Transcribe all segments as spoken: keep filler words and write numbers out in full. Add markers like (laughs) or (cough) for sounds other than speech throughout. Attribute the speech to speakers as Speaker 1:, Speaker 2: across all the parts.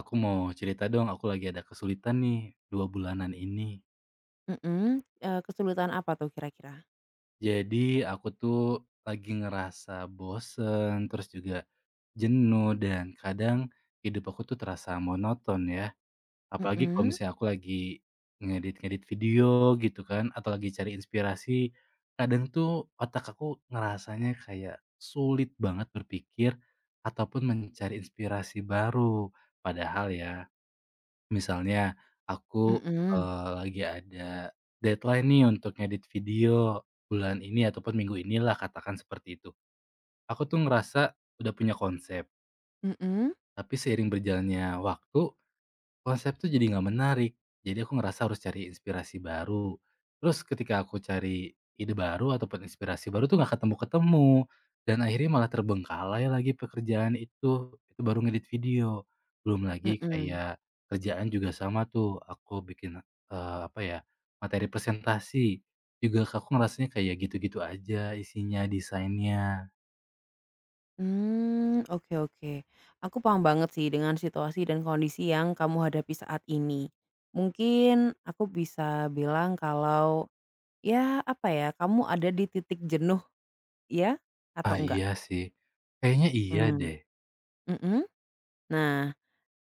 Speaker 1: Aku mau cerita dong, aku lagi ada kesulitan nih dua bulanan ini.
Speaker 2: Mhm, eee, kesulitan apa tuh kira-kira?
Speaker 1: Jadi aku tuh lagi ngerasa bosen, terus juga jenuh dan kadang hidup aku tuh terasa monoton ya. Apalagi kalau
Speaker 2: Mhm.
Speaker 1: misalnya aku lagi ngedit-ngedit video gitu kan atau lagi cari inspirasi, kadang tuh otak aku ngerasanya kayak sulit banget berpikir ataupun mencari inspirasi baru. Padahal ya misalnya aku,
Speaker 2: Mhm.
Speaker 1: eee, lagi ada deadline nih untuk ngedit video bulan ini ataupun minggu inilah katakan seperti itu. Aku tuh ngerasa udah punya konsep,
Speaker 2: Mhm.
Speaker 1: tapi seiring berjalannya waktu konsep tuh jadi nggak menarik. Jadi aku ngerasa harus cari inspirasi baru. Terus ketika aku cari ide baru ataupun inspirasi baru tuh nggak ketemu-ketemu, dan akhirnya malah terbengkalai lagi pekerjaan itu. Itu baru ngedit video. Belum lagi
Speaker 2: Mhm.
Speaker 1: kayak kerjaan juga sama tuh, aku bikin, eee, apa ya, materi presentasi, juga aku ngerasanya kayak gitu-gitu aja isinya, desainnya.
Speaker 2: Mmm, oke, oke. Aku paham banget sih dengan situasi dan kondisi yang kamu hadapi saat ini. Mungkin aku bisa bilang kalau, ya apa ya, kamu ada di titik jenuh ya?
Speaker 1: Ah,
Speaker 2: Atau enggak?
Speaker 1: iya sih. Kayaknya iya
Speaker 2: Mmm,
Speaker 1: deh.
Speaker 2: mhm. Nah,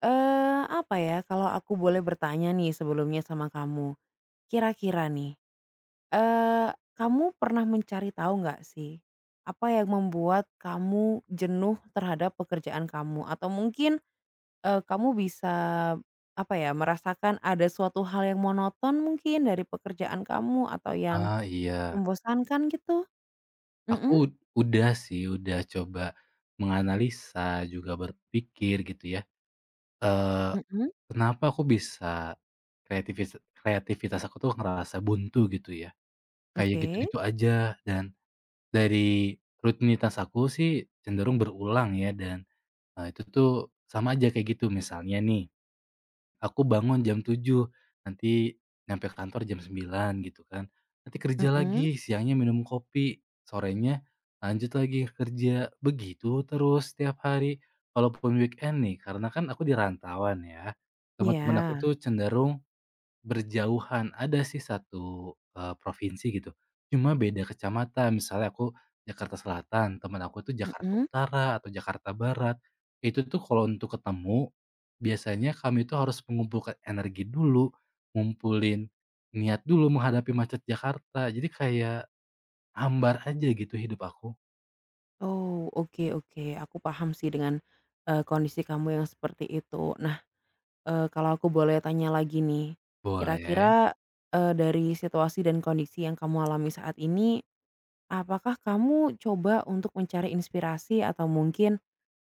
Speaker 2: eee, apa ya, kalau aku boleh bertanya nih sebelumnya sama kamu, kira-kira nih Eee, kamu pernah mencari tahu nggak sih, apa yang membuat kamu jenuh terhadap pekerjaan kamu? Atau mungkin, eee, kamu bisa, apa ya, merasakan ada suatu hal yang monoton mungkin dari pekerjaan kamu atau yang
Speaker 1: Ah, iya.
Speaker 2: membosankan gitu?
Speaker 1: Aku
Speaker 2: Mhm.
Speaker 1: ud- udah sih, udah coba menganalisa, juga berpikir gitu ya, eee,
Speaker 2: Mhm,
Speaker 1: kenapa aku bisa kreativitas kreativitas aku tuh ngerasa buntu gitu ya, kayak
Speaker 2: oke,
Speaker 1: gitu-gitu aja dan dari rutinitas aku sih cenderung berulang ya dan, eee, itu tuh sama aja kayak gitu. Misalnya nih, aku bangun jam tujuh nanti nyampe ke kantor jam sembilan gitu kan. Nanti kerja
Speaker 2: mhm,
Speaker 1: lagi, siangnya minum kopi, sorenya lanjut lagi kerja. Begitu terus setiap hari. Kalaupun weekend nih, karena kan aku di rantauan ya, teman-teman aku tuh
Speaker 2: iya,
Speaker 1: cenderung berjauhan, ada sih satu eee, provinsi gitu, cuma beda kecamatan. Misalnya aku Jakarta Selatan, teman aku tuh Jakarta
Speaker 2: mhm.
Speaker 1: Utara atau Jakarta Barat. Itu tuh kalau untuk ketemu, biasanya kami tuh harus mengumpulkan energi dulu, ngumpulin niat dulu menghadapi macet Jakarta. Jadi kayak hambar aja gitu hidup aku.
Speaker 2: Oh, oke, oke, aku paham sih dengan, eee, kondisi kamu yang seperti itu. Nah, Eee, kalau aku boleh tanya lagi nih,
Speaker 1: Boleh,
Speaker 2: kira-kira, eee, dari situasi dan kondisi yang kamu alami saat ini, apakah kamu coba untuk mencari inspirasi atau mungkin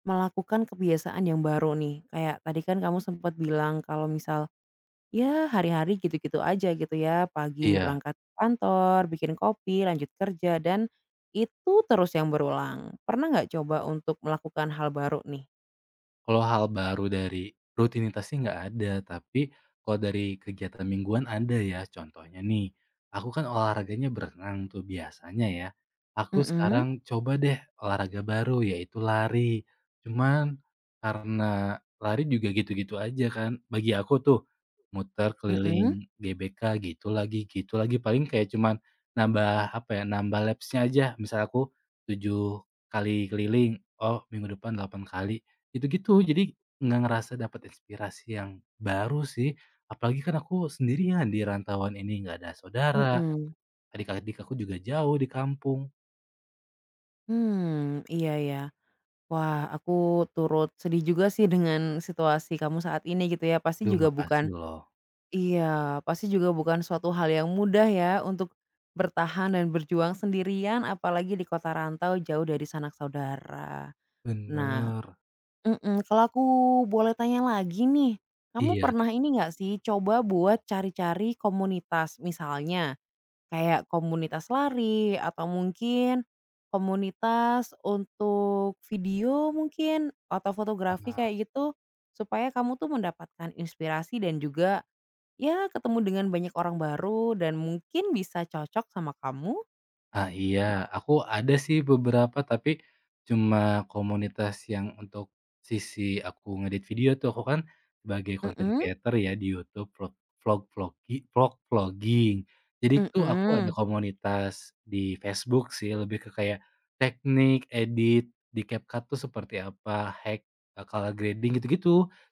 Speaker 2: melakukan kebiasaan yang baru nih? Kayak tadi kan kamu sempat bilang kalau misal, ya hari-hari gitu-gitu aja gitu ya, pagi
Speaker 1: iya.
Speaker 2: berangkat ke kantor, bikin kopi, lanjut kerja, dan itu terus yang berulang. Pernah nggak coba untuk melakukan hal baru nih?
Speaker 1: Kalau hal baru dari rutinitasnya nggak ada, tapi kalau dari kegiatan mingguan ada ya. Contohnya nih, aku kan olahraganya berenang tuh biasanya ya. Aku
Speaker 2: Mhm.
Speaker 1: sekarang coba deh olahraga baru yaitu lari. Cuman karena lari juga gitu-gitu aja kan. Bagi aku tuh muter
Speaker 2: Mhm.
Speaker 1: keliling G B K gitu lagi, gitu lagi. Paling kayak cuman nambah apa ya, nambah lapsnya aja. Misal aku tujuh kali keliling, oh minggu depan delapan kali. Gitu-gitu, jadi nggak ngerasa dapat inspirasi yang baru sih, apalagi kan aku sendirian di rantauan ini, nggak ada saudara,
Speaker 2: Mhm.
Speaker 1: adik-adik aku juga jauh di kampung.
Speaker 2: Hmm, iya ya. Wah, aku turut sedih juga sih dengan situasi kamu saat ini gitu ya. Pasti
Speaker 1: Aduh,
Speaker 2: juga bukan
Speaker 1: makasih loh.
Speaker 2: iya, pasti juga bukan suatu hal yang mudah ya untuk bertahan dan berjuang sendirian apalagi di kota rantau jauh dari sanak saudara. Nah,
Speaker 1: Bener.
Speaker 2: mhm, kalau aku boleh tanya lagi nih, kamu
Speaker 1: Iya.
Speaker 2: pernah ini nggak sih coba buat cari-cari komunitas? Misalnya kayak komunitas lari atau mungkin komunitas untuk video mungkin atau fotografi kayak gitu, supaya kamu tuh mendapatkan inspirasi dan juga, ya ketemu dengan banyak orang baru dan mungkin bisa cocok sama kamu?
Speaker 1: Ah, iya, aku ada sih beberapa, tapi cuma komunitas yang untuk sisi aku ngedit video tuh, aku kan sebagai content
Speaker 2: Mhm,
Speaker 1: creator ya di YouTube vlog, vlog vloggi vlog vlogging. Jadi tuh aku ada
Speaker 2: mhm,
Speaker 1: komunitas di Facebook sih, lebih ke kayak teknik edit di CapCut tuh seperti apa, hack, eee, color grading gitu-gitu.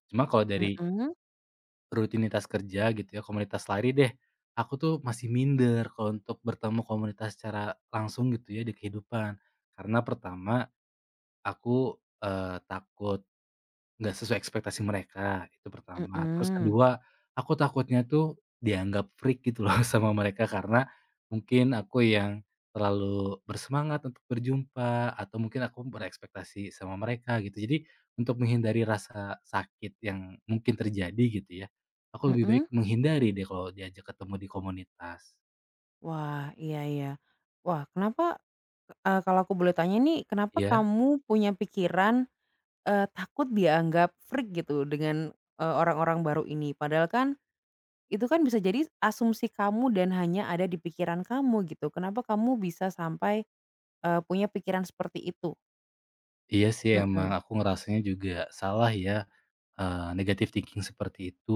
Speaker 1: Cuma kalau dari
Speaker 2: mhm,
Speaker 1: rutinitas kerja gitu ya, komunitas lari deh, aku tuh masih minder kalau untuk bertemu komunitas secara langsung gitu ya di kehidupan. Karena pertama, aku, eee, takut nggak sesuai ekspektasi mereka, itu pertama. Terus
Speaker 2: mhm,
Speaker 1: kedua, aku takutnya tuh dianggap freak gitu loh (laughs) sama mereka karena mungkin aku yang terlalu bersemangat untuk berjumpa atau mungkin aku berekspektasi sama mereka gitu. Jadi untuk menghindari rasa sakit yang mungkin terjadi gitu ya, aku lebih
Speaker 2: mhm.
Speaker 1: baik menghindari deh kalau diajak ketemu di komunitas.
Speaker 2: Wah, iya, iya. Wah, kenapa, eee, kalau aku boleh tanya nih, kenapa
Speaker 1: Iya,
Speaker 2: kamu punya pikiran Eee, takut dianggap freak gitu dengan, eee, orang-orang baru ini. Padahal kan, itu kan bisa jadi asumsi kamu dan hanya ada di pikiran kamu gitu. Kenapa kamu bisa sampai, eee, punya pikiran seperti itu?
Speaker 1: iya sih emang
Speaker 2: Mhm,
Speaker 1: aku ngerasanya juga salah ya, eee, negative thinking seperti itu.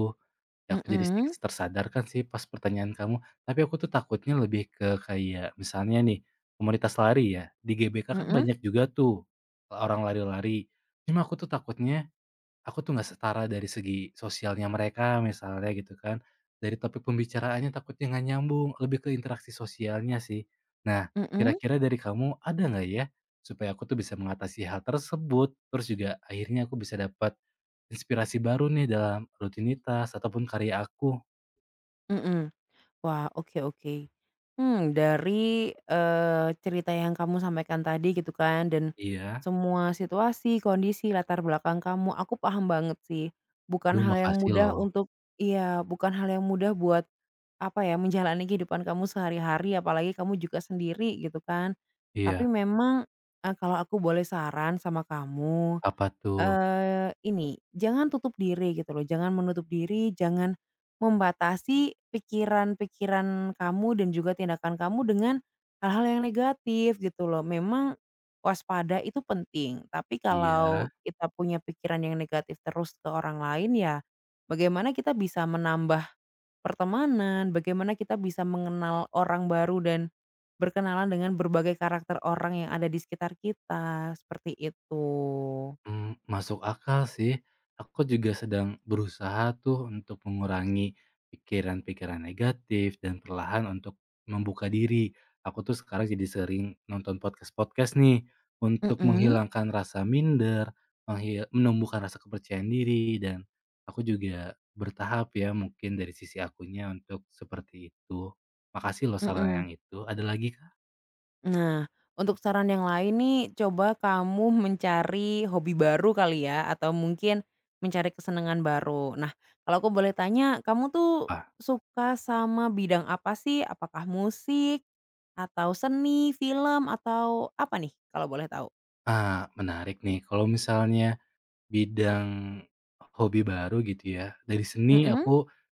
Speaker 1: Ya, aku jadi sedikit
Speaker 2: mhm,
Speaker 1: tersadarkan sih pas pertanyaan kamu, tapi aku tuh takutnya lebih ke kayak misalnya nih, komunitas lari ya, di G B K kan
Speaker 2: mhm,
Speaker 1: banyak juga tuh, orang lari-lari. Cuma aku tuh takutnya aku tuh nggak setara dari segi sosialnya mereka misalnya gitu kan, dari topik pembicaraannya takutnya nggak nyambung, lebih ke interaksi sosialnya sih. Nah,
Speaker 2: mhm,
Speaker 1: kira-kira dari kamu ada nggak ya, supaya aku tuh bisa mengatasi hal tersebut, terus juga akhirnya aku bisa dapat inspirasi baru nih dalam rutinitas ataupun karya aku?
Speaker 2: mhm. Wah, oke, oke. Hmm, dari, eee, cerita yang kamu sampaikan tadi gitu kan dan
Speaker 1: Iya.
Speaker 2: semua situasi, kondisi, latar belakang kamu, aku paham banget sih. Bukan
Speaker 1: Duh,
Speaker 2: hal yang
Speaker 1: makasih
Speaker 2: mudah
Speaker 1: loh.
Speaker 2: untuk iya, bukan hal yang mudah buat apa ya, menjalani kehidupan kamu sehari-hari, apalagi kamu juga sendiri gitu kan. Tapi
Speaker 1: Iya,
Speaker 2: memang, eee, kalau aku boleh saran sama kamu,
Speaker 1: apa tuh?
Speaker 2: eee, ini, jangan tutup diri gitu loh, jangan menutup diri, jangan membatasi pikiran-pikiran kamu dan juga tindakan kamu dengan hal-hal yang negatif gitu loh. Memang waspada itu penting, tapi kalau
Speaker 1: Iya.
Speaker 2: kita punya pikiran yang negatif terus ke orang lain ya, bagaimana kita bisa menambah pertemanan, bagaimana kita bisa mengenal orang baru dan berkenalan dengan berbagai karakter orang yang ada di sekitar kita, seperti itu.
Speaker 1: Mmm, masuk akal sih. Aku juga sedang berusaha tuh untuk mengurangi pikiran-pikiran negatif dan perlahan untuk membuka diri. Aku tuh sekarang jadi sering nonton podcast-podcast nih untuk
Speaker 2: Mhm.
Speaker 1: menghilangkan rasa minder, menghil menumbuhkan rasa kepercayaan diri, dan aku juga bertahap ya mungkin dari sisi akunya untuk seperti itu. Makasih loh saran
Speaker 2: Mhm.
Speaker 1: yang itu, ada lagi, Kak?
Speaker 2: Nah, untuk saran yang lain nih, coba kamu mencari hobi baru kali ya, atau mungkin mencari kesenangan baru. Nah, kalau aku boleh tanya, kamu tuh
Speaker 1: Apa?
Speaker 2: suka sama bidang apa sih? Apakah musik, atau seni, film, atau apa nih, kalau boleh tahu?
Speaker 1: Ah, menarik nih kalau misalnya bidang hobi baru gitu ya, dari seni
Speaker 2: Mhm,
Speaker 1: aku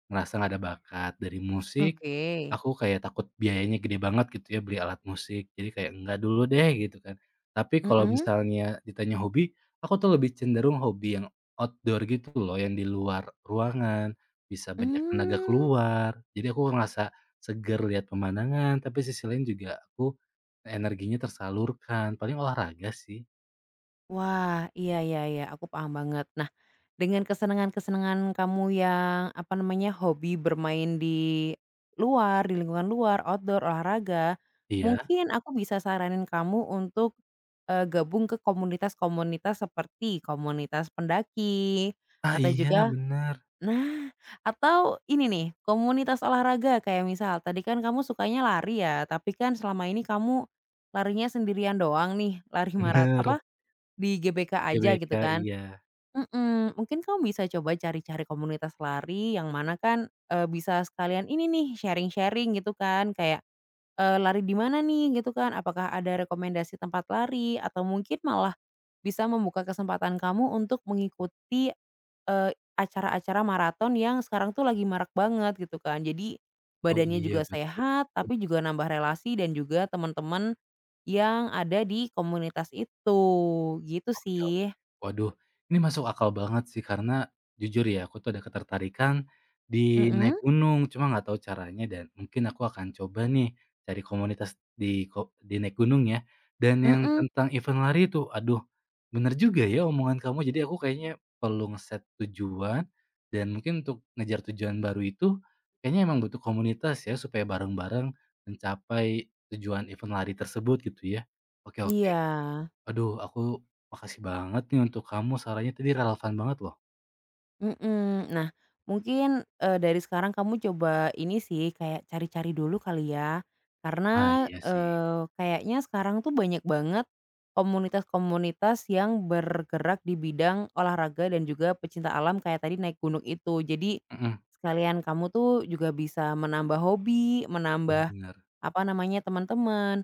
Speaker 1: ngerasa nggak ada bakat, dari musik
Speaker 2: oke.
Speaker 1: aku kayak takut biayanya gede banget gitu ya beli alat musik, jadi kayak enggak dulu deh gitu kan. Tapi kalau
Speaker 2: Mhm,
Speaker 1: misalnya ditanya hobi, aku tuh lebih cenderung hobi yang outdoor gitu loh, yang di luar ruangan, bisa banyak tenaga
Speaker 2: mmm,
Speaker 1: keluar, jadi aku ngerasa seger lihat pemandangan, tapi sisi lain juga aku energinya tersalurkan, paling olahraga sih.
Speaker 2: wah, iya, iya, iya, aku paham banget. Nah, dengan kesenangan-kesenangan kamu yang, apa namanya, hobi bermain di luar, di lingkungan luar, outdoor, olahraga,
Speaker 1: Iya.
Speaker 2: mungkin aku bisa saranin kamu untuk, eee, gabung ke komunitas-komunitas seperti komunitas pendaki
Speaker 1: Ah,
Speaker 2: atau
Speaker 1: iya
Speaker 2: juga
Speaker 1: bener.
Speaker 2: nah, atau ini nih, komunitas olahraga kayak misal tadi kan kamu sukanya lari ya, tapi kan selama ini kamu larinya sendirian doang nih, lari marat
Speaker 1: Bener,
Speaker 2: apa, di G B K aja gitu
Speaker 1: G B K,
Speaker 2: kan.
Speaker 1: iya.
Speaker 2: Mhm, mungkin kamu bisa coba cari-cari komunitas lari yang mana kan, eee, bisa sekalian ini nih, sharing-sharing gitu kan, kayak Eee, lari di mana nih gitu kan, apakah ada rekomendasi tempat lari atau mungkin malah bisa membuka kesempatan kamu untuk mengikuti, eee, acara-acara maraton yang sekarang tuh lagi marak banget gitu kan. Jadi
Speaker 1: Oh,
Speaker 2: badannya
Speaker 1: iya,
Speaker 2: juga
Speaker 1: betul.
Speaker 2: sehat, tapi juga nambah relasi dan juga teman-teman yang ada di komunitas itu, gitu
Speaker 1: Oke, oke.
Speaker 2: sih.
Speaker 1: Waduh, ini masuk akal banget sih karena jujur ya aku tuh ada ketertarikan di
Speaker 2: Mhm.
Speaker 1: naik gunung, cuma nggak tahu caranya dan mungkin aku akan coba nih cari komunitas di ko di naik gunung ya. Dan yang
Speaker 2: Mhm,
Speaker 1: tentang event lari itu, aduh bener juga ya omongan kamu, jadi aku kayaknya perlu nge tujuan dan mungkin untuk ngejar tujuan baru itu kayaknya emang butuh komunitas ya supaya bareng-bareng mencapai tujuan event lari tersebut gitu ya. Oke, oke.
Speaker 2: iya.
Speaker 1: Aduh, aku makasih banget nih untuk kamu sarannya tadi relevan banget loh.
Speaker 2: Mhm. Nah, mungkin, eee, dari sekarang kamu coba ini sih, kayak cari-cari dulu kali ya.
Speaker 1: Ah,
Speaker 2: Karena,
Speaker 1: iya sih,
Speaker 2: eee, kayaknya sekarang tuh banyak banget komunitas-komunitas yang bergerak di bidang olahraga dan juga pecinta alam kayak tadi naik gunung itu. Jadi
Speaker 1: mhm,
Speaker 2: sekalian kamu tuh juga bisa menambah hobi, menambah
Speaker 1: bener.
Speaker 2: apa namanya, teman-teman,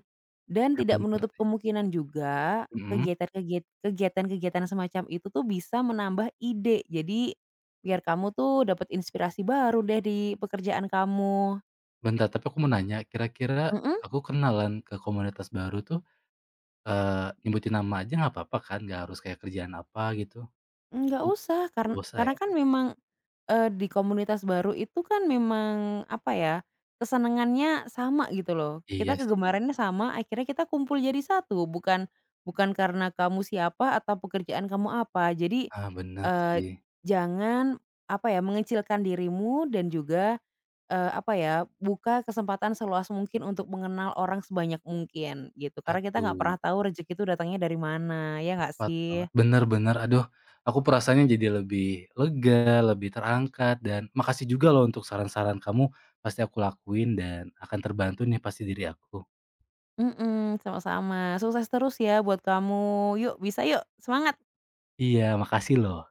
Speaker 2: dan
Speaker 1: Eh,
Speaker 2: tidak
Speaker 1: bentar
Speaker 2: menutup
Speaker 1: deh,
Speaker 2: kemungkinan juga
Speaker 1: mhm,
Speaker 2: kegiatan kegiat kegiatan-kegiatan semacam itu tuh bisa menambah ide. Jadi, biar kamu tuh dapat inspirasi baru deh di pekerjaan kamu.
Speaker 1: bentar tapi aku mau nanya, kira-kira
Speaker 2: Mhm,
Speaker 1: aku kenalan ke komunitas baru tuh, eee, nyebutin nama aja nggak apa-apa kan? Nggak harus kayak kerjaan apa gitu?
Speaker 2: nggak
Speaker 1: Oh,
Speaker 2: usah,
Speaker 1: nggak
Speaker 2: karena
Speaker 1: usah
Speaker 2: karena
Speaker 1: ya?
Speaker 2: kan memang Eee, di komunitas baru itu kan memang, apa ya, kesenangannya sama gitu loh.
Speaker 1: Iya
Speaker 2: Kita
Speaker 1: sih.
Speaker 2: kegemarannya sama, akhirnya kita kumpul jadi satu, bukan bukan karena kamu siapa atau pekerjaan kamu apa. Jadi,
Speaker 1: Ah, bener
Speaker 2: eee,
Speaker 1: sih.
Speaker 2: jangan, apa ya, mengecilkan dirimu dan juga, eee, apa ya, buka kesempatan seluas mungkin untuk mengenal orang sebanyak mungkin, gitu. Karena kita nggak
Speaker 1: Aduh.
Speaker 2: pernah tahu rezeki itu datangnya dari mana, ya nggak
Speaker 1: Tepat banget,
Speaker 2: sih?
Speaker 1: bener bener, aduh aku perasaannya jadi lebih lega, lebih terangkat, dan makasih juga loh untuk saran-saran kamu, pasti aku lakuin dan akan terbantu nih pasti diri aku.
Speaker 2: Mhm, sama-sama. Sukses terus ya buat kamu. Yuk, bisa yuk, semangat!
Speaker 1: Iya, makasih loh.